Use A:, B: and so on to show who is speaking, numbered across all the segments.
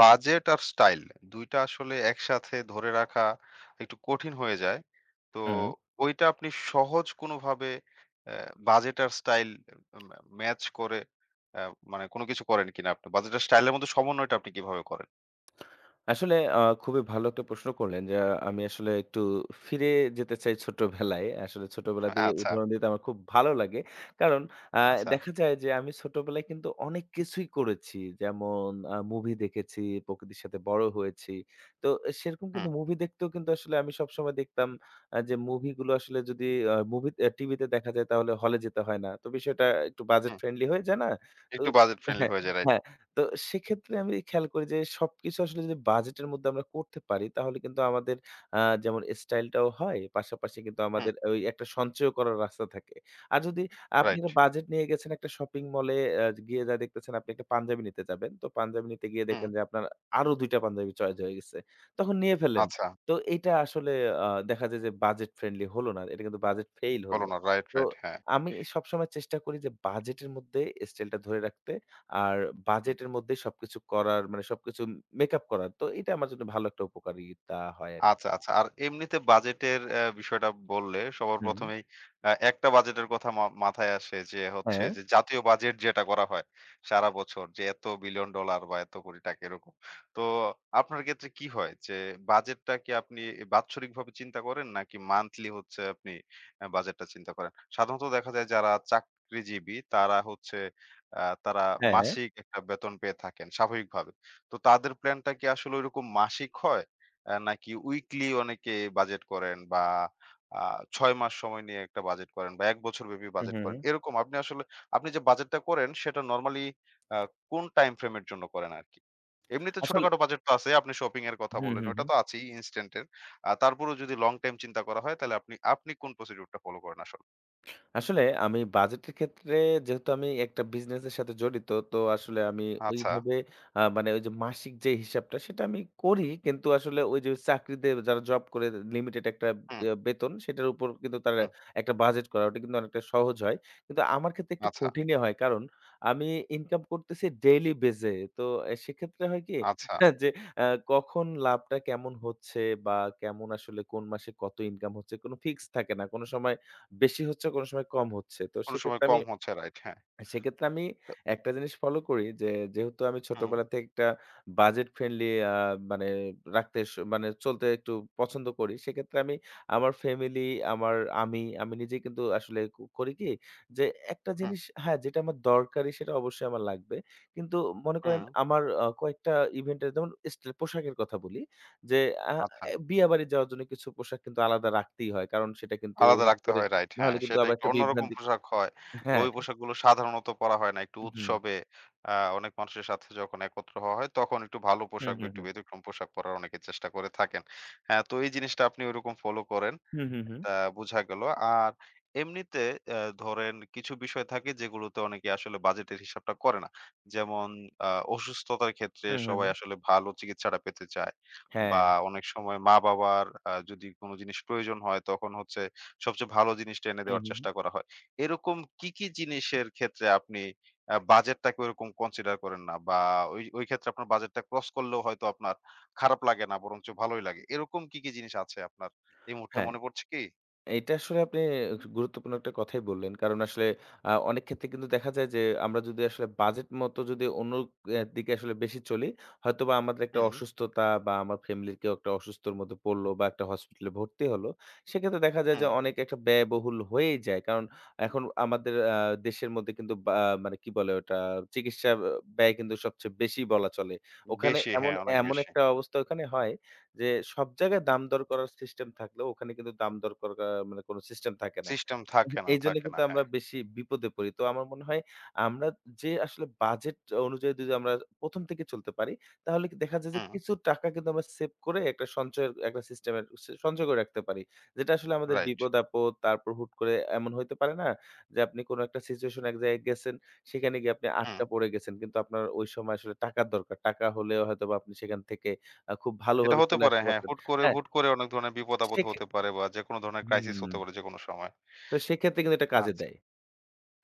A: Budget আর style ২ টা আসলে একসাথে ধরে রাখা একটু কঠিন হয়ে যায়। তো
B: হুম।
A: ওইটা আপনি সহজ কোনোভাবে অ্যা বাজেট আর স্টাইল ম্যাচ করে অ্যা মানে কোনো কিছু করেন কিনা আপনি? বাজেট আর স্টাইল এর মধ্যে সমন্বয়টা আপনি কিভাবে করেন?
B: আসলে খুবই ভালো একটা প্রশ্ন করলেন যে আমি আসলে একটু ফিরে যেতে চাই ছোটবেলায়। আসলে ছোটবেলা দিয়ে
A: আচ্ছা,
B: উদাহরণ দিতে আমার খুব ভালো লাগে। কারণ আ
A: আচ্ছা।
B: দেখা যায় যে আমি ছোটবেলায় কিন্তু অনেক কিছুই করেছি। যেমন মুভি দেখেছি, প্রকৃতির সাথে বড় হয়েছি। তো সেরকম
A: হুম,
B: কিন্তু মুভি দেখতেও কিন্তু আসলে আমি সবসময় দেখতাম যে মুভিগুলো আসলে যদি আ মুভি আ টিভিতে দেখা যায় তাহলে হলে যেতে হয় না। তো বিষয়টা একটু বাজেট
A: হুম।
B: ফ্রেন্ডলি হয়ে যায় না? তো
A: একটু বাজেট ফ্রেন্ডলি
B: হ্যাঁ,
A: হয়ে যায়, রাইট।
B: হ্যাঁ। তো সেক্ষেত্রে আমি খেয়াল করি যে সবকিছু আসলে যদি বাজেটের মধ্যে আমরা করতে পারি তাহলে কিন্তু আমাদের আ যেমন স্টাইলটাও হয়, পাশাপাশি কিন্তু
A: হুম,
B: আমাদের ওই একটা সঞ্চয় করার রাস্তা থাকে। আর যদি আপনি
A: রাইট।
B: একটা বাজেট নিয়ে গেছেন একটা শপিং মলে গিয়ে যা দেখতেছেন আপনি একটা পাঞ্জাবি নিতে যাবেন। তো পাঞ্জাবি নিতে গিয়ে
A: হুম,
B: দেখলেন যে আপনার আরো ২ টা পাঞ্জাবি চয়েস হয়ে গেছে। তখন নিয়ে ফেললেন।
A: আচ্ছা।
B: তো এটা আসলে দেখা যায় যে বাজেট ফ্রেন্ডলি হলো না। এটা কিন্তু বাজেট ফেইল
A: বলো
B: হলো।
A: না। রাইট,
B: তো
A: রাইট। হ্যাঁ।
B: আমি সবসময় চেষ্টা করি যে বাজেটের মধ্যে স্টাইলটা ধরে রাখতে। আর
A: হুম।
B: বাজেটের মধ্যেই সবকিছু করার মানে সবকিছু মেকআপ করার। তো এটা আমার জন্য ভালো একটা উপকারিতা হয় আরকি।
A: আচ্ছা, আচ্ছা। আর এমনিতে বাজেটের বিষয়টা বললে সবার
B: হুম।
A: ১ম এই একটা বাজেটের কথা মাথায় আসে যে হচ্ছে
B: হ্যাঁ,
A: যে জাতীয় বাজেট যেটা করা হয় সারা বছর যে এত বিলিয়ন ডলার বা এত কোটি টাকা এরকম। তো আপনার ক্ষেত্রে কি হয় যে বাজেটটা কি আপনি বাৎসরিকভাবে চিন্তা করেন নাকি মান্থলি হচ্ছে আপনি বাজেটটা চিন্তা করেন? সাধারণত দেখা যায় যারা চাকরিজীবী তারা হচ্ছে অ্যা তারা
B: হ্যাঁ।
A: মাসিক একটা বেতন পেয়ে থাকেন স্বাভাবিকভাবে। তো তাদের প্ল্যানটা কি আসলে ঐরকম মাসিক হয়? নাকি উইকলি অনেকে বাজেট করেন বা আ ৬ মাস সময় নিয়ে একটা বাজেট করেন বা ১ বছর ব্যাপী
B: হুম,
A: বাজেট
B: হুম,
A: করেন।
B: হুম।
A: এরকম আপনি আসলে আপনি যে বাজেটটা করেন সেটা নরমালি আ কোন টাইম ফ্রেম এর জন্য করেন আরকি? এমনিতে
B: আসলে
A: ছোটখাটো বাজেট তো আছে। আপনি শপিং এর কথা
B: হুম,
A: বললেন,
B: হুম,
A: ওটা
B: হুম।
A: তো আছেই ইনস্ট্যান্ট এর। তারপরেও যদি লং টাইম চিন্তা করা হয় তাহলে আপনি আপনি কোন প্রসিডিউর টা ফলো করেন আসলে?
B: আসলে আমি বাজেটের ক্ষেত্রে, যেহেতু আমি একটা বিজনেসের সাথে জড়িত, তো আসলে আমি
A: আচ্ছা।
B: ওইভাবে মানে ওই যে মাসিক যে হিসাবটা সেটা আমি করি। কিন্তু আসলে ওই যে চাকরিতে যারা জব করে লিমিটেড একটা
A: হুম,
B: বেতন সেটার উপর কিন্তু তারা
A: হুম।
B: একটা বাজেট করা, ওটা কিন্তু অনেকটা সহজ হয়। কিন্তু আমার ক্ষেত্রে একটু
A: আচ্ছা,
B: কঠিনই হয়। কারণ আমি ইনকাম করতেছি ডেইলি বেস এ। তো সেক্ষেত্রে হয় কি
A: আচ্ছা।
B: যে আ কখন লাভটা কেমন হচ্ছে বা কেমন, আসলে কোন মাসে কত ইনকাম হচ্ছে কোন ফিক্স থাকে না। কোন সময় বেশি হচ্ছে, কোনো সময় কম হচ্ছে। তো
A: কোন সময়
B: সেক্ষেত্রে আমি
A: কম হচ্ছে রাইট, হ্যাঁ।
B: সেক্ষেত্রে আমি
A: তো
B: একটা জিনিস ফলো করি যে, যেহেতু আমি
A: হুম,
B: ছোটবেলা থেকে একটা বাজেট ফ্রেন্ডলি মানে রাখতে স মানে চলতে একটু পছন্দ করি। সেক্ষেত্রে আমি আমার ফ্যামিলি, আমার আমি নিজেই কিন্তু আসলে করি কি যে, একটা
A: হুম,
B: জিনিস, হ্যাঁ, যেটা আমার দরকারি সেটা অবশ্যই আমার লাগবে। কিন্তু মনে করেন
A: হুম।
B: আমার কয়েকটা ইভেন্টের, যেমন স্টাইল পোশাকের কথা বলি যে, আ
A: আচ্ছা।
B: এ বিয়াবাড়ি যাওয়ার জন্য কিছু পোশাক কিন্তু আলাদা রাখতেই হয়। কারণ সেটা কিন্তু
A: আলাদা
B: হুট
A: রাখতে
B: করে
A: হয় রাইট। হ্যাঁ,
B: নাহলে কিন্তু
A: সেটা
B: আবার
A: একটু
B: একটা
A: অন্যরকম
B: বিভ্রান্তি
A: পোশাক হয়। বা
B: হ্যাঁ,
A: ওই পোশাকগুলো সাধারণত পরা হয় না। একটু
B: হুম।
A: উৎসবে আ অনেক মানুষের সাথে যখন একত্র হওয়া হয় তখন একটু ভালো
B: হুম,
A: পোশাক বা
B: হুম,
A: একটু
B: হুম।
A: ব্যতিক্রম পোশাক পরার অনেকে চেষ্টা করে থাকেন। হ্যাঁ, তো এই জিনিসটা আপনি ওইরকম ফলো করেন।
B: হুম, হুম, হুম।
A: এটা বুঝা গেল। আর এমনিতে ধরেন কিছু বিষয় থাকে যেগুলোতে অনেকে আসলে বাজেটের হিসাবটা করে না। যেমন আ অসুস্থতার ক্ষেত্রে
B: হুম, হুম,
A: সবাই
B: হুম।
A: আসলে ভালো চিকিৎসাটা পেতে চায়। বা
B: হ্যাঁ।
A: অনেক সময় মা-বাবার যদি কোনো জিনিস প্রয়োজন হয় তখন হচ্ছে সবচেয়ে ভালো জিনিসটা এনে
B: হুম,
A: দেওয়ার
B: হুম, হুম।
A: চেষ্টা করা হয়। এরকম কি, কি জিনিসের ক্ষেত্রে আপনি বাজেটটাকে ওরকম কনসিডার করেন না? বা ওই ক্ষেত্রে আপনার বাজেটটা ক্রস করলেও হয়তো আপনার খারাপ লাগে না বরঞ্চ ভালোই লাগে। এরকম কি, কি জিনিস আছে আপনার এই মুহূর্তে
B: হ্যাঁ,
A: মনে পড়ছে কি?
B: এটা আসলে আপনি গুরুত্বপূর্ণ একটা কথাই বললেন। কারণ আসলে অনেক ক্ষেত্রে কিন্তু দেখা যায় যে আমরা যদি আসলে বাজেট মতো যদি অন্য দিকে আসলে বেশি চলি, হয়তোবা আমাদের একটা
A: হুম,
B: অসুস্থতা বা আমার ফ্যামিলির কেউ একটা অসুস্থর মধ্যে পড়লো বা একটা হসপিটালে ভর্তি হলো। সেক্ষেত্রে দেখা যায় যে
A: হুম।
B: অনেক একটা ব্যয়বহুল হয়েই যায়। কারণ এখন আমাদের দেশের মধ্যে কিন্তু বা মানে কি বলে ওটা, চিকিৎসা ব্যয় কিন্তু সবচেয়ে বেশি বলা চলে। ওখানে
A: বেশি
B: এমন
A: হ্যাঁ, অনেক
B: এমন
A: বেশি।
B: একটা অবস্থা ওখানে হয় যে সব জায়গায় দাম দর করার সিস্টেম থাকলেও ওখানে কিন্তু দাম দর করার মানে কোনো সিস্টেম থাকে না।
A: সিস্টেম থাকে না,
B: এইজন্য
A: থাকে না।
B: কিন্তু আমরা
A: হ্যাঁ।
B: বেশি বিপদে পড়ি। তো আমার মনে হয় আমরা যে আসলে বাজেট অনুযায়ী যদি আমরা প্রথম থেকে চলতে পারি, তাহলে কি দেখা যায় যে
A: হুম,
B: কিছু টাকা কিন্তু আমরা সেভ করে একটা সঞ্চয়ের একটা সিস্টেমের সঞ্চয় করে রাখতে পারি। যেটা আসলে আমাদের
A: রাইট।
B: বিপদ-আপদ তারপর হুট করে এমন হইতে পারে না যে আপনি কোনো একটা সিচুয়েশন এক জায়গায় গেছেন, সেখানে গিয়ে আপনি
A: হুম।
B: আটকা পড়ে গেছেন। কিন্তু আপনার ওই সময় আসলে টাকার দরকার। টাকা হলেও হয়তোবা আপনি সেখান থেকে খুব
A: এটা
B: ভালোভাবে
A: হতে
B: চলে
A: পারে
B: আসতে
A: হ্যাঁ,
B: পারতেন।
A: হুট করে
B: হ্যাঁ,
A: হুট করে অনেক ধরনের বিপদ-আপদ
B: সেক্ষে
A: হতে পারে বা যেকোনো ধরনের ক্রাইসিস হতে
B: হুম,
A: পারে যেকোনো সময়।
B: তো সেক্ষেত্রে কিন্তু এটা কাজে
A: আচ্ছা।
B: দেয়।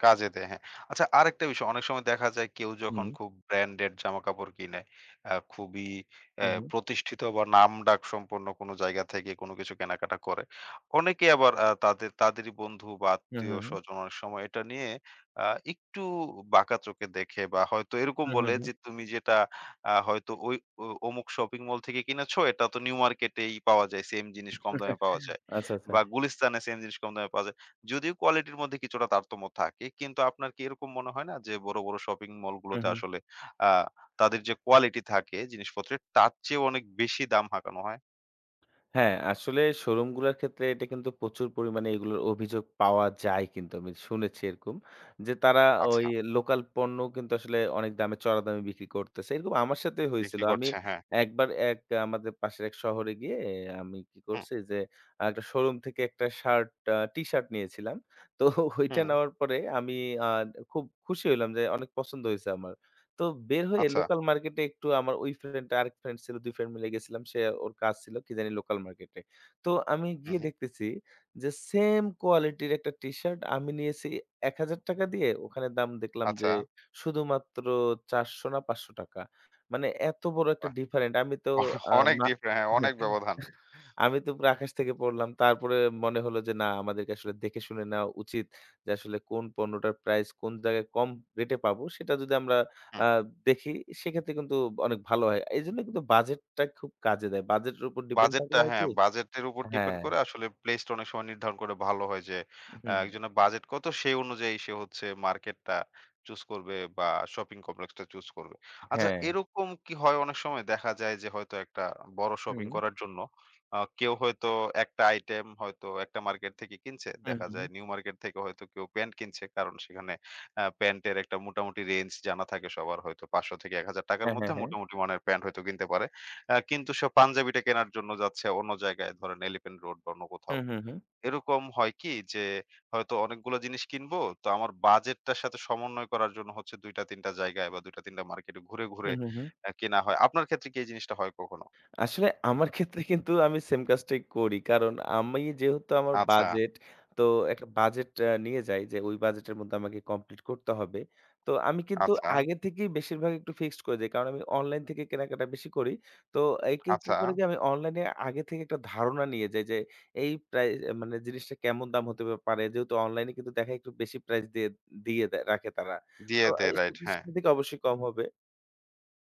A: কাজে দেয়, হ্যাঁ। আচ্ছা আরেকটা বিষয় অনেক সময় দেখা যায় কেউ যখন
B: হুম,
A: খুব ব্র্যান্ডেড জামাকাপড় কিনে, খুবই
B: হু, হু,
A: প্রতিষ্ঠিত বা নামডাক সম্পন্ন কোনো জায়গা থেকে কোনো কিছু কেনাকাটা করে। অনেকে আবার তাদেরই বন্ধু বা
B: হু, হু,
A: আত্মীয়স্বজন অনেক সময় এটা নিয়ে আ একটু বাঁকা চোখে দেখে বা হয়তো এরকম
B: হু, হু,
A: বলে
B: হু,
A: যে, "তুমি যেটা হয়তো ওই অমুক শপিং মল থেকে কিনেছো, এটা তো নিউ মার্কেটেই পাওয়া যায়, সেম জিনিস কম দামে পাওয়া যায়।
B: আচ্ছা, আচ্ছা।
A: বা গুলিস্তানে সেম জিনিস কম দামে পাওয়া যায়।" যদিও কোয়ালিটির মধ্যে কিছুটা তারতম্য থাকে, কিন্তু আপনার কি এরকম মনে হয় না যে বড়, বড় শপিং
B: হু,
A: মলগুলোতে
B: হু।
A: আসলে আ তাদের যে কোয়ালিটি থাকে জিনিসপত্রের তার চেয়েও অনেক বেশি দাম হাঁকানো হয়?
B: হ্যাঁ, আসলে শোরুমগুলোর ক্ষেত্রে এটা কিন্তু প্রচুর পরিমাণে এগুলোর অভিযোগ পাওয়া যায় কিন্তু আমি শুনেছি এরকম। যে তারা
A: আচ্ছা,
B: ওই লোকাল পণ্য কিন্তু আসলে অনেক দামে চড়া দামে বিক্রি করতেছে। এরকম আমার সাথেই হয়েছিল।
A: বিক্রি
B: আমি
A: করছে হ্যাঁ।
B: একবার এক আমাদের পাশের এক শহরে গিয়ে আমি কি
A: হুম,
B: করছি যে একটা শোরুম থেকে একটা শার্ট আ টি-শার্ট নিয়েছিলাম। তো ওইটা
A: হুম,
B: নেওয়ার পরে আমি আ খুব খুশি হইলাম যে অনেক পছন্দ হইছে আমার। তো বের হয়ে
A: আচ্ছা,
B: লোকাল মার্কেটে একটু আমার ওই ফ্রেন্ড আরেক ফ্রেন্ড ছিল, ২ ফ্রেন্ড মিলে গেছিলাম। সে ওর কাজ ছিল কি জানি লোকাল মার্কেটে। তো আমি গিয়ে
A: হুম,
B: দেখতেছি যে সেম কোয়ালিটির একটা টি-শার্ট আমি নিয়েছি ৳১,০০০ দিয়ে, ওখানে দাম দেখলাম যে
A: আচ্ছা।
B: শুধুমাত্র ৳৪০০ না ৳৫০০, মানে এত বড় একটা
A: বাহ!
B: ডিফারেন্ট আমি তো আ
A: অনেক
B: মা
A: ডিফারে হ্যাঁ, অনেক
B: হ্যাঁ,
A: ব্যবধান।
B: আমি তো পুরা আকাশ থেকে পড়লাম। তারপরে মনে হলো যে না, আমাদেরকে আসলে দেখে শুনে নেওয়া উচিত। যে আসলে কোন পণ্যটার প্রাইস কোন জায়গায় কম রেটে পাবো সেটা যদি আমরা
A: হুম।
B: আ দেখি, সেক্ষেত্রে কিন্তু অনেক ভালো হয়। এজন্য কিন্তু বাজেটটা খুব কাজে দেয়। বাজেটের উপর ডিপেন্ড
A: বাজেটটা
B: থাকলে হয়
A: হ্যাঁ,
B: কি
A: বাজেটের উপর ডিপেন্ড
B: হ্যাঁ,
A: করে আসলে প্লেসটা অনেক সময় নির্ধারণ করে ভালো হয় যে,
B: হুম,
A: একজনের বাজেট কত সেই অনুযায়ী সে হচ্ছে মার্কেটটা চুজ করবে বা শপিং কমপ্লেক্সটা চুজ করবে। আচ্ছা
B: হ্যাঁ,
A: এরকম কি হয় অনেক সময় দেখা যায় যে হয়তো একটা বড় শপিং
B: হুম,
A: করার জন্য কেউ হয়তো একটা আইটেম হয়তো একটা মার্কেট থেকে কিনছে।
B: হুম,
A: দেখা
B: হুম,
A: যায়
B: হুম।
A: নিউ মার্কেট থেকে হয়তো কেউ প্যান্ট কিনছে। কারণ সেখানে প্যান্টের একটা মোটামুটি রেঞ্জ জানা থাকে সবার হয়তো ৳৫০০ থেকে ৳১,০০০ র
B: হ্যাঁ,
A: মধ্যে
B: হ্যাঁ, হ্যাঁ।
A: মোটামুটি মানের প্যান্ট হয়তো কিনতে পারে। কিন্তু সে পাঞ্জাবিটা কেনার জন্য যাচ্ছে অন্য জায়গায় ধরেন এলিফ্যান্ট রোড বা অন্য কোথাও।
B: হুম, হুম, হুম।
A: এরকম হয় কি যে হয়তো অনেকগুলো জিনিস কিনবো তো আমার বাজেটটার সাথে সমন্বয় করার জন্য হচ্ছে ২ টা ৩ টা জায়গায় বা ২ টা ৩ টা মার্কেটে ঘুরে, ঘুরে
B: হুম, হুম, হুম।
A: কেনা হয়। আপনার ক্ষেত্রে কি এই জিনিসটা হয় কখনো?
B: আসলে আমার ক্ষেত্রে কিন্তু আমি সেম কাজটাই করি। কারণ আমি যেহেতু আমার
A: আচ্ছা,
B: বাজেট, তো একটা বাজেট নিয়ে যাই যে ওই বাজেটের মধ্যে আমাকে কমপ্লিট করতে হবে। তো আমি কিন্তু
A: আচ্ছা,
B: আগে থেকেই বেশিরভাগ একটু ফিক্সড করে দেই। কারণ আমি অনলাইন থেকে কেনাকাটা বেশি করি। তো এক্ষেত্রে
A: আচ্ছা।
B: করে যে আমি অনলাইনে আগে থেকে একটা ধারণা নিয়ে যাই যে এই প্রাই মানে জিনিসটা কেমন দাম হতে পারে। যেহেতু অনলাইনে কিন্তু দেখা একটু বেশি প্রাইস দিয়ে দিয়ে দে রাখে তারা। তো
A: দিয়ে দেয় রাইট হ্যাঁ।
B: থেকে অবশ্যই কম হবে।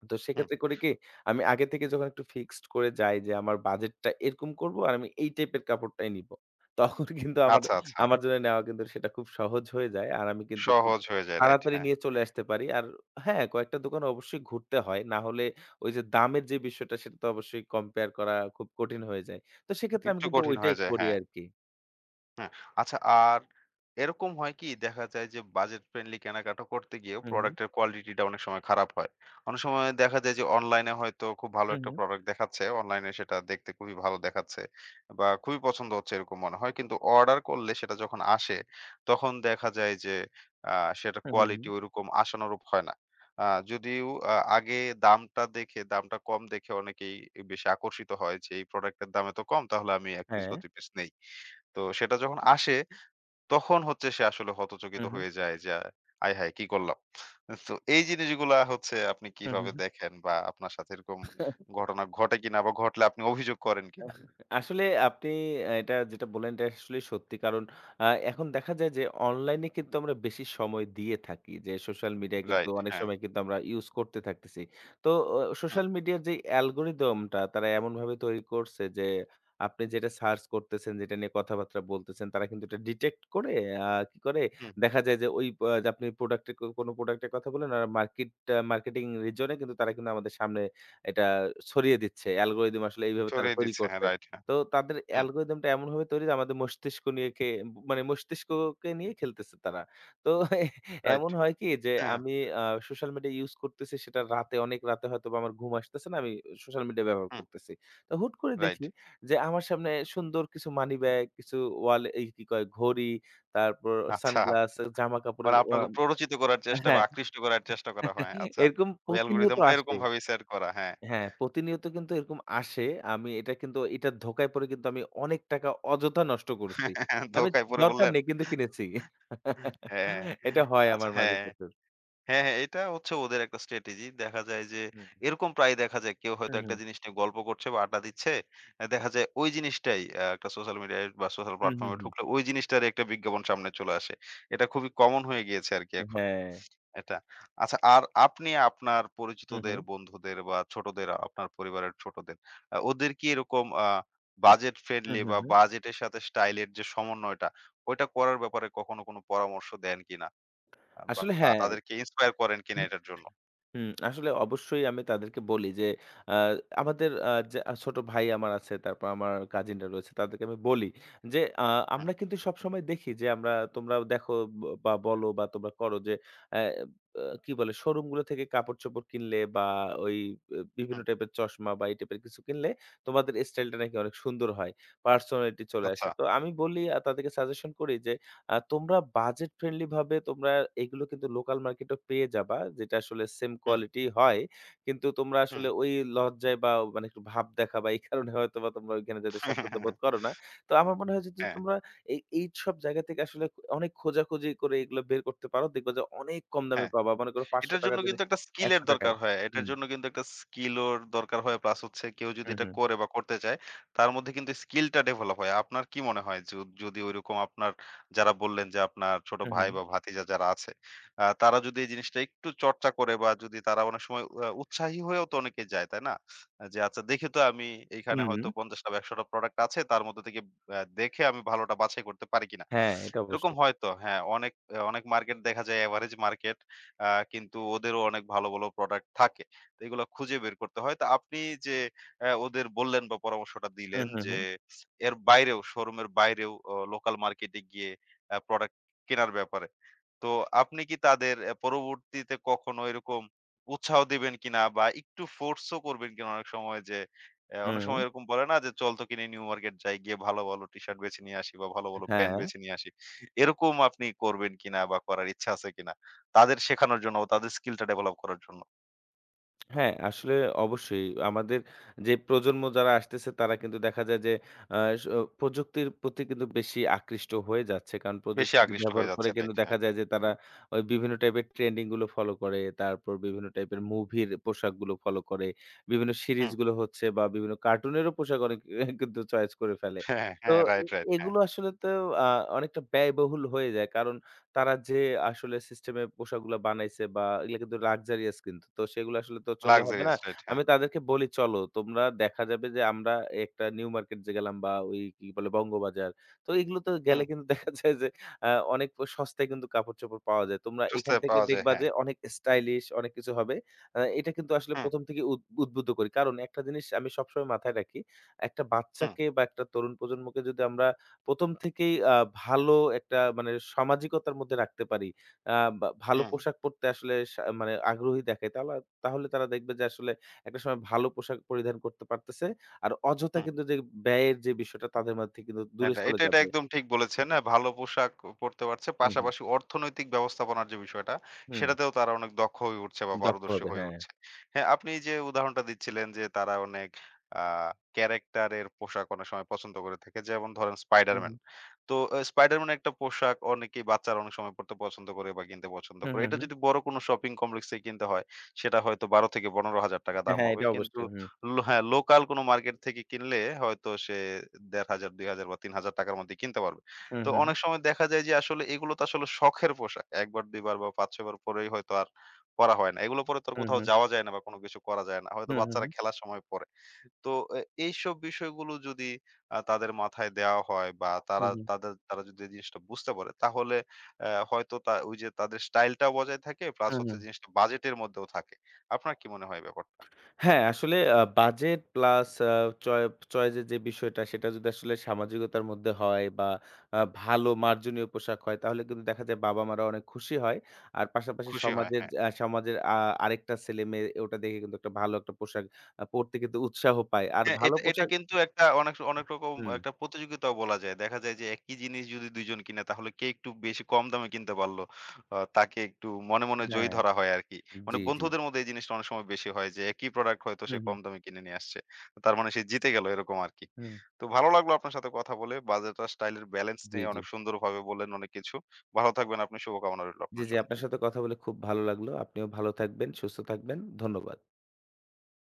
B: তো
A: হুম।
B: সেক্ষেত্রে করি কি, আমি আগে থেকে যখন একটু ফিক্সড করে যাই যে আমার বাজেটটা এরকম করব আর আমি এই টাইপের কাপড়টাই নিবো। তখন কিন্তু আমার
A: আচ্ছা, আচ্ছা।
B: আমার জন্য নেওয়া কিন্তু সেটা খুব সহজ হয়ে যায়। আর আমি কিন্তু খুব
A: সহজ হয়ে যায় রাইট
B: তাড়াতাড়ি
A: হ্যাঁ।
B: নিয়ে চলে আসতে পারি। আর হ্যাঁ, কয়েকটা দোকান অবশ্যই ঘুরতে হয়। না হলে ওই যে দামের যে বিষয়টা সেটা তো অবশ্যই কম্পেয়ার করা খুব কঠিন হয়ে যায়। তো সেক্ষেত্রে আমি
A: একটু
B: কিন্তু
A: কঠিন
B: ওইটাই
A: হয়ে যায়
B: করি
A: হ্যাঁ।
B: আরকি।
A: হ্যাঁ, আচ্ছা আর এরকম হয় কি দেখা যায় যে বাজেট ফ্রেন্ডলি কেনাকাটা করতে গিয়েও
B: হু, হু।
A: প্রোডাক্টের কোয়ালিটিটা অনেক সময় খারাপ হয়। অনেক সময় দেখা যায় যে অনলাইনে হয়তো খুব ভালো
B: হু,
A: একটা
B: হু।
A: প্রোডাক্ট দেখাচ্ছে, অনলাইনে সেটা দেখতে খুবই ভালো দেখাচ্ছে বা খুবই পছন্দ হচ্ছে এরকম মনে হয়। কিন্তু অর্ডার করলে সেটা যখন আসে তখন দেখা যায় যে আ সেটার
B: হু, হু, হু।
A: কোয়ালিটি ঐরকম আশানুরূপ হয় না। আ যদিও আগে দামটা দেখে দামটা কম দেখে অনেকেই বেশি আকর্ষিত হয় যে এই প্রোডাক্টের দাম এত কম তাহলে আমি ১ পিস
B: হ্যাঁ।
A: বা ২ পিস নেই। তো সেটা যখন আসে, তখন হচ্ছে সে আসলে হতচকিত
B: হু, হু।
A: হয়ে যায় যে, "আয় হায়! কি করলাম?" তো এই জিনিসগুলা হচ্ছে আপনি
B: হু, হু,
A: কিভাবে
B: হু।
A: দেখেন? বা আপনার সাথে এরকম ঘটনা ঘটে কিনা? বা ঘটলে আপনি অভিযোগ করেন কিনা?
B: আসলে আপনি এটা যেটা বললেন, এটা আসলেই সত্যি। কারণ এখন দেখা যায় যে অনলাইনে কিন্তু আমরা বেশি সময় দিয়ে থাকি। যে সোশ্যাল মিডিয়ায় কিন্তু
A: রাইট,
B: অনেক
A: হ্যাঁ।
B: সময় কিন্তু আমরা ইউজ করতে থাকতেছি। তো
A: হুম,
B: সোশ্যাল মিডিয়ার যে অ্যালগরিদমটা তারা এমনভাবে তৈরি করছে যে আপনি যেটা সার্চ করতেছেন, যেটা নিয়ে কথাবার্তা বলতেছেন, তারা কিন্তু এটা ডিটেক্ট করে কি করে
A: হুম।
B: দেখা যায় যে ওই প আপনি প্রোডাক্টের, কোনো প্রোডাক্টের কথা বললেন আর মার্কেটিং রিজন এ কিন্তু তারা কিন্তু আমাদের সামনে এটা ছড়িয়ে দিচ্ছে। অ্যালগরিদম আসলে এইভাবে তারা
A: সরিয়ে
B: তৈরি
A: দিচ্ছে। হ্যাঁ,
B: করছে।
A: রাইট, হ্যাঁ।
B: তো তাদের
A: হুম,
B: অ্যালগরিদমটা এমনভাবে তৈরি যে আমাদের মস্তিষ্ক নিয়ে খে মানে মস্তিষ্ককে নিয়ে খেলতেছে তারা। তো
A: রাইট।
B: এমন হয় কি যে
A: হ্যাঁ,
B: আমি আ সোশ্যাল মিডিয়া ইউজ করতেছি, সেটা রাতে অনেক রাতে হয়তোবা আমার ঘুম আসতেছে না। আমি সোশ্যাল মিডিয়া ব্যবহার
A: হুম,
B: করতেছি। তো হুট করে
A: রাইট।
B: দেখি যে আমার সামনে সুন্দর কিছু মানি ব্যাগ, কিছু ওয়ালে এই কি কয় ঘড়ি, তারপর
A: আচ্ছা।
B: সানগ্লাস, জামা
A: মানে
B: কাপড়ের ওয়া
A: আপনাকে প্ররোচিত করার চেষ্টা বা
B: হ্যাঁ,
A: আকৃষ্ট করার চেষ্টা করা হয়। আচ্ছা।
B: এরকম
A: ওই
B: প্রতিনিয়ত
A: অ্যালগরিদমটা এরকম
B: আসে।
A: ভাবেই সেট করা। হ্যাঁ।
B: হ্যাঁ, প্রতিনিয়ত কিন্তু এরকম আসে। আমি এটা কিন্তু এটার ধোঁকায় পড়ে কিন্তু আমি অনেক টাকা অযথা নষ্ট করছি। আমি
A: ধোঁকায় পড়ে
B: দরকার
A: বললেন?
B: নেই কিন্তু কিনেছি।
A: হ্যাঁ।
B: এটা হয়
A: আচ্ছা,
B: আমার মাঝে
A: হ্যাঁ।
B: প্রচুর।
A: হ্যাঁ, হ্যাঁ, এটা হচ্ছে ওদের একটা স্ট্র্যাটেজি। দেখা যায় যে
B: হুম,
A: এরকম প্রায়ই দেখা যায় কেউ
B: হুম,
A: হয়তো একটা
B: হুম,
A: জিনিস নিয়ে গল্প করছে বা আড্ডা দিচ্ছে। দেখা যায় ওই জিনিসটাই একটা সোশ্যাল মিডিয়ায় বা সোশ্যাল
B: হুম,
A: প্ল্যাটফর্ম
B: হুম,
A: এ
B: হুম।
A: ঢুকলে ওই জিনিসটারই একটা বিজ্ঞাপন সামনে চলে আসে। এটা খুবই কমন হয়ে গিয়েছে আরকি এখন
B: হ্যাঁ।
A: এটা। আচ্ছা আর আপনি আপনার
B: হুম,
A: পরিচিতদের,
B: হুম,
A: বন্ধুদের বা ছোটদের আপনার পরিবারের ছোটদের ওদের কি এরকম বাজেট
B: হুম,
A: ফ্রেন্ডলি
B: হুম,
A: বা
B: হুম।
A: বাজেটের সাথে স্টাইল এর যে সমন্বয়টা ওইটা করার ব্যাপারে কখনো কোনো পরামর্শ দেন কিনা? বা
B: আসলে হ্যাঁ।
A: তাদেরকে ইন্সপায়ার করেন কিনা এটার জন্য।
B: হুম, আসলে অবশ্যই আমি তাদেরকে বলি যে আ আমাদের আ যে আ ছোট ভাই আমার আছে, তারপর আমার কাজিনরা রয়েছে, তাদেরকে আমি বলি যে,
A: হুম,
B: আমরা কিন্তু সবসময় দেখি যে তোমরা দেখো ব বা বলো বা তোমরা করো যে অ্যা আ কি বলে শোরুমগুলো থেকে কাপড়-চোপড় কিনলে বা ওই এ
A: হুম।
B: বিভিন্ন টাইপের চশমা বা এই টাইপের কিছু কিনলে তোমাদের স্টাইলটা নাকি অনেক সুন্দর হয়। পার্সোনালিটি চলে
A: আচ্ছা।
B: আসে। তো আমি বলি তাদেরকে সাজেশন করি যে তোমরা বাজেট ফ্রেন্ডলি ভাবে তোমরা এগুলো কিন্তু লোকাল মার্কেটেও পেয়ে যাবা। যেটা আসলে সেম
A: হুম,
B: কোয়ালিটি হয়। কিন্তু তোমরা
A: হুম।
B: আসলে ওই লজ্জায় বা মানে একটু ভাব দেখা বা এই কারণে হয়তোবা তোমরা ওইখানে যেতে স্বাচ্ছন্দ্য বোধ করো না। তো আমার মনে হয় যে যদি
A: হ্যাঁ,
B: তোমরা এইসব জায়গা থেকে আসলে অনেক খোঁজাখুঁজি করে এগুলো বের করতে পারো, দেখবা যে অনেক কম দামে
A: হ্যাঁ।
B: পাবা। মনে করো
A: এটার জন্য
B: ৳৫০০ জিনিস
A: কিন্তু একটা স্কিলের
B: ৳১০০ য়।
A: দরকার হয়। এটার
B: হুম,
A: জন্য কিন্তু একটা স্কিলওর দরকার হয়। প্লাস হচ্ছে কেউ যদি
B: হুম,
A: এটা
B: হুম,
A: করে বা করতে চায়, তার মধ্যে কিন্তু স্কিলটা ডেভেলপ হয়। আপনার কি মনে হয় যদি ঐরকম আপনার যারা বললেন যে আপনার ছোট ভাই
B: হুম,
A: বা ভাতিজা যারা আছে, তারা যদি এই জিনিসটা একটু চর্চা করে বা যদি তারা অনেক সময় উৎসাহী হয়েও তো অনেকে যায়, তাই না? যে আচ্ছা দেখি তো আমি এইখানে
B: হুম, হুম,
A: হয়তো ৫০ টা বা ১০০ টা প্রোডাক্ট আছে তার মধ্যে থেকে দেখে আমি ভালোটা বাছাই করতে পারি কিনা?
B: হ্যাঁ, এটা
A: এরকম
B: অবশ্যই।
A: হয়তো হ্যাঁ, অনেক অনেক মার্কেট দেখা যায় এভারেজ মার্কেট আ কিন্তু ওদেরও অনেক ভালো, ভালো প্রোডাক্ট থাকে। তো এগুলা খুঁজে বের করতে হয়। তো আপনি যে ওদের বললেন বা পরামর্শটা দিলেন
B: হুম, হুম,
A: যে
B: হুম,
A: এর বাইরেও শোরুমের বাইরেও লোকাল মার্কেটে গিয়ে প্রোডাক্ট কেনার ব্যাপারে। তো আপনি কি তাদের পরবর্তীতে কখনো এরকম উৎসাহ দিবেন কিনা বা একটু ফোর্সও করবেন কিনা অনেক সময় যে অনেক
B: হুম,
A: সময় এরকম বলে না যে, "চল তোকে নিয়ে নিউ মার্কেট যাই, গিয়ে ভালো, ভালো টি-শার্ট বেছে নিয়ে আসি বা ভালো, ভালো প্যান্ট
B: হ্যাঁ।
A: বেছে নিয়ে আসি।" এরকম আপনি করবেন কিনা বা করার ইচ্ছা আছে কিনা? তাদের শেখানোর জন্য ও তাদের স্কিলটা ডেভেলপ করার জন্য।
B: হ্যাঁ, আসলে অবশ্যই। আমাদের যে প্রজন্ম যারা আসতেছে তারা কিন্তু দেখা যায় যে প্রযুক্তির প্রতি কিন্তু বেশি আকৃষ্ট হয়ে যাচ্ছে। কারণ
A: বেশি
B: প্রযুক্তি
A: আকৃষ্ট
B: ব্যবহার
A: হয়ে যাচ্ছে।
B: করে কিন্তু
A: রাইট, হ্যাঁ।
B: দেখা যায় যে তারা ওই বিভিন্ন টাইপের ট্রেন্ডিং গুলো ফলো করে। তারপর বিভিন্ন টাইপের মুভির পোশাকগুলো ফলো করে। বিভিন্ন
A: হুম।
B: সিরিজগুলো হচ্ছে বা বিভিন্ন কার্টুনেরও পোশাক অনেক কিন্তু চয়েস করে ফেলে।
A: হ্যাঁ,
B: তো
A: হ্যাঁ,
B: এ
A: রাইট, রাইট, হ্যাঁ।
B: এগুলো আসলে তো আ অনেকটা ব্যয়বহুল হয়ে যায়। কারণ তারা যে আসলে সিস্টেমে পোশাকগুলা বানাইছে বা এগুলা কিন্তু luxurious কিন্তু। তো সেগুলো আসলে তো চললে হবে না।
A: লাক্সারিয়াস রাইট, হ্যাঁ।
B: আমি তাদেরকে বলি, "চলো তোমরা দেখা যাবে যে আমরা একটা নিউ মার্কেট যে গেলাম বা ওই কি বলে বঙ্গবাজার। তো এগুলোতে
A: হুম।
B: গেলে কিন্তু দেখা যায় যে আ অনেক প সস্তায় কিন্তু কাপড়-চোপড় পাওয়া যায়। তোমরা
A: বুঝতে
B: এখান থেকে
A: পাওয়া যায়,
B: দেখবা
A: হ্যাঁ।
B: যে অনেক স্টাইলিশ অনেক কিছু হবে।" এটা কিন্তু আসলে
A: হুম,
B: প্রথম থেকেই উদ্বুদ্ধ করি। কারণ একটা জিনিস আমি সবসময় মাথায় রাখি। একটা
A: হুম,
B: বাচ্চাকে বা একটা তরুণ প্রজন্মকে যদি আমরা ১ম থেকেই ভালো একটা মানে সামাজিকতার মধ্যে রাখতে পারি। আ বা ভালো
A: হুম,
B: পোশাক পরতে আসলে মানে আগ্রহী দেখাই। তাহলে তাহলে তারা দেখবে যে আসলে একটা সময় ভালো পোশাক পরিধান করতে পারতেছে। আর অযথা
A: হুম।
B: কিন্তু যে ব্যয়ের যে বিষয়টা তাদের মধ্যে কিন্তু
A: হ্যাঁ,
B: দূরে
A: না,
B: চলে
A: এটা
B: যাবে।
A: একদম ঠিক বলেছেন। ভালো পোশাক পরতে পারছে।
B: হুম, হুম,
A: পাশাপাশি অর্থনৈতিক ব্যবস্থাপনার যে বিষয়টা,
B: হুম।
A: সেটাতেও তারা অনেক দক্ষ হয়ে উঠছে বা
B: দক্ষ
A: পারদর্শী
B: হবে,
A: হয়ে
B: হ্যাঁ।
A: উঠছে। হ্যাঁ, আপনি যে উদাহরণটা দিচ্ছিলেন যে তারা অনেক আ ক্যারেক্টার এর পোশাক অনেক সময় পছন্দ করে থাকে। যেমন ধরেন
B: হুম,
A: স্পাইডারম্যান।
B: হুম।
A: তো স্পাইডারম্যানের একটা পোশাক অনেকেই বাচ্চারা অনেক সময় পড়তে পছন্দ করে বা কিনতে পছন্দ
B: হুম,
A: করে।
B: হুম,
A: এটা
B: হুম।
A: যদি বড় কোনো শপিং কমপ্লেক্স থেকে কিনতে হয়, সেটা হয়তো ৳১২,০০০-৳১৫,০০০
B: হ্যাঁ,
A: দাম
B: হ্যাঁ,
A: হবে।
B: এটা
A: কিন্তু
B: অবশ্যই। হুম।
A: হ্যাঁ, লোকাল কোনো মার্কেট থেকে কিনলে হয়তো সে ১,৫০০ ৳২,০০০ বা ৳৩,০০০ র মধ্যে কিনতে পারবে।
B: হুম,
A: তো
B: হুম, হুম।
A: অনেক সময় দেখা যায় যে আসলে এগুলো তো আসলে শখের পোশাক। ১ বার ২ বার বা ৫-৬ বার পরেই হয়তো আর পরা হয় না। এগুলো পরে তো আর
B: হুম,
A: কোথাও
B: হুম।
A: যাওয়া যায় না বা কোনো কিছু করা যায় না। হয়তো
B: হুম, হুম,
A: বাচ্চারা
B: হুম।
A: খেলার সময় পরে। তো এইসব বিষয়গুলো যদি তাদের মাথায় দেওয়া হয় বা
B: হুম,
A: তারা
B: হুম।
A: তাদের তারা যদি এই জিনিসটা বুঝতে পারে তাহলে হয়তো ওই যে তাদের স্টাইলটাও বজায় থাকে প্লাস
B: হুম,
A: হচ্ছে
B: হুম।
A: জিনিসটা বাজেটের মধ্যেও থাকে। আপনার কি মনে হয় ব্যাপারটা?
B: হ্যাঁ, আসলে বাজেট প্লাস আ চয় চয়েস এর যে বিষয়টা সেটা যদি আসলে সামাজিকতার মধ্যে হয় বা ভালো মার্জনীয় পোশাক হয় তাহলে কিন্তু দেখা যায় বাবা-মারা অনেক খুশি হয়। আর পাশাপাশি
A: খুশি হয়, হ্যাঁ।
B: সমাজের আরেকটা ছেলে-মেয়ে ওটা দেখে কিন্তু একটা ভালো একটা পোশাক পড়তে কিন্তু উৎসাহ পায়। আর
A: হ্যাঁ,
B: ভালো
A: এটা এটা
B: পোশাক
A: কিন্তু একটা অনেক অনেক রকম
B: হুম,
A: একটা প্রতিযোগিতাও বলা যায়। দেখা যায় যে একই জিনিস যদি ২ জন কিনে তাহলে কে একটু বেশি কম দামে কিনতে পারল, তাকে একটু মনে জয়ী
B: হ্যাঁ,
A: ধরা হয় আরকি। মানে
B: জি, জি।
A: বন্ধুদের মধ্যে এই জিনিসটা অনেক সময় বেশি হয় যে একই প্রোডাক্ট হয়তো সে
B: হুম,
A: কম
B: হুম,
A: দামে কিনে নিয়ে আসছে। তার মানে সে জিতে গেল এরকম আরকি।
B: হুম।
A: তো ভালো লাগলো আপনার সাথে কথা বলে। বাজেট আর স্টাইল এর ব্যালেন্স
B: জি,
A: নিয়ে
B: জি।
A: অনেক সুন্দরভাবে বললেন অনেক কিছু। ভালো থাকবেন আপনি। শুভকামনা রইল
B: জি,
A: আপনার
B: জি।
A: জন্য।
B: আপনার সাথে কথা বলে খুব ভালো লাগলো। আপনিও ভালো থাকবেন, সুস্থ থাকবেন। ধন্যবাদ।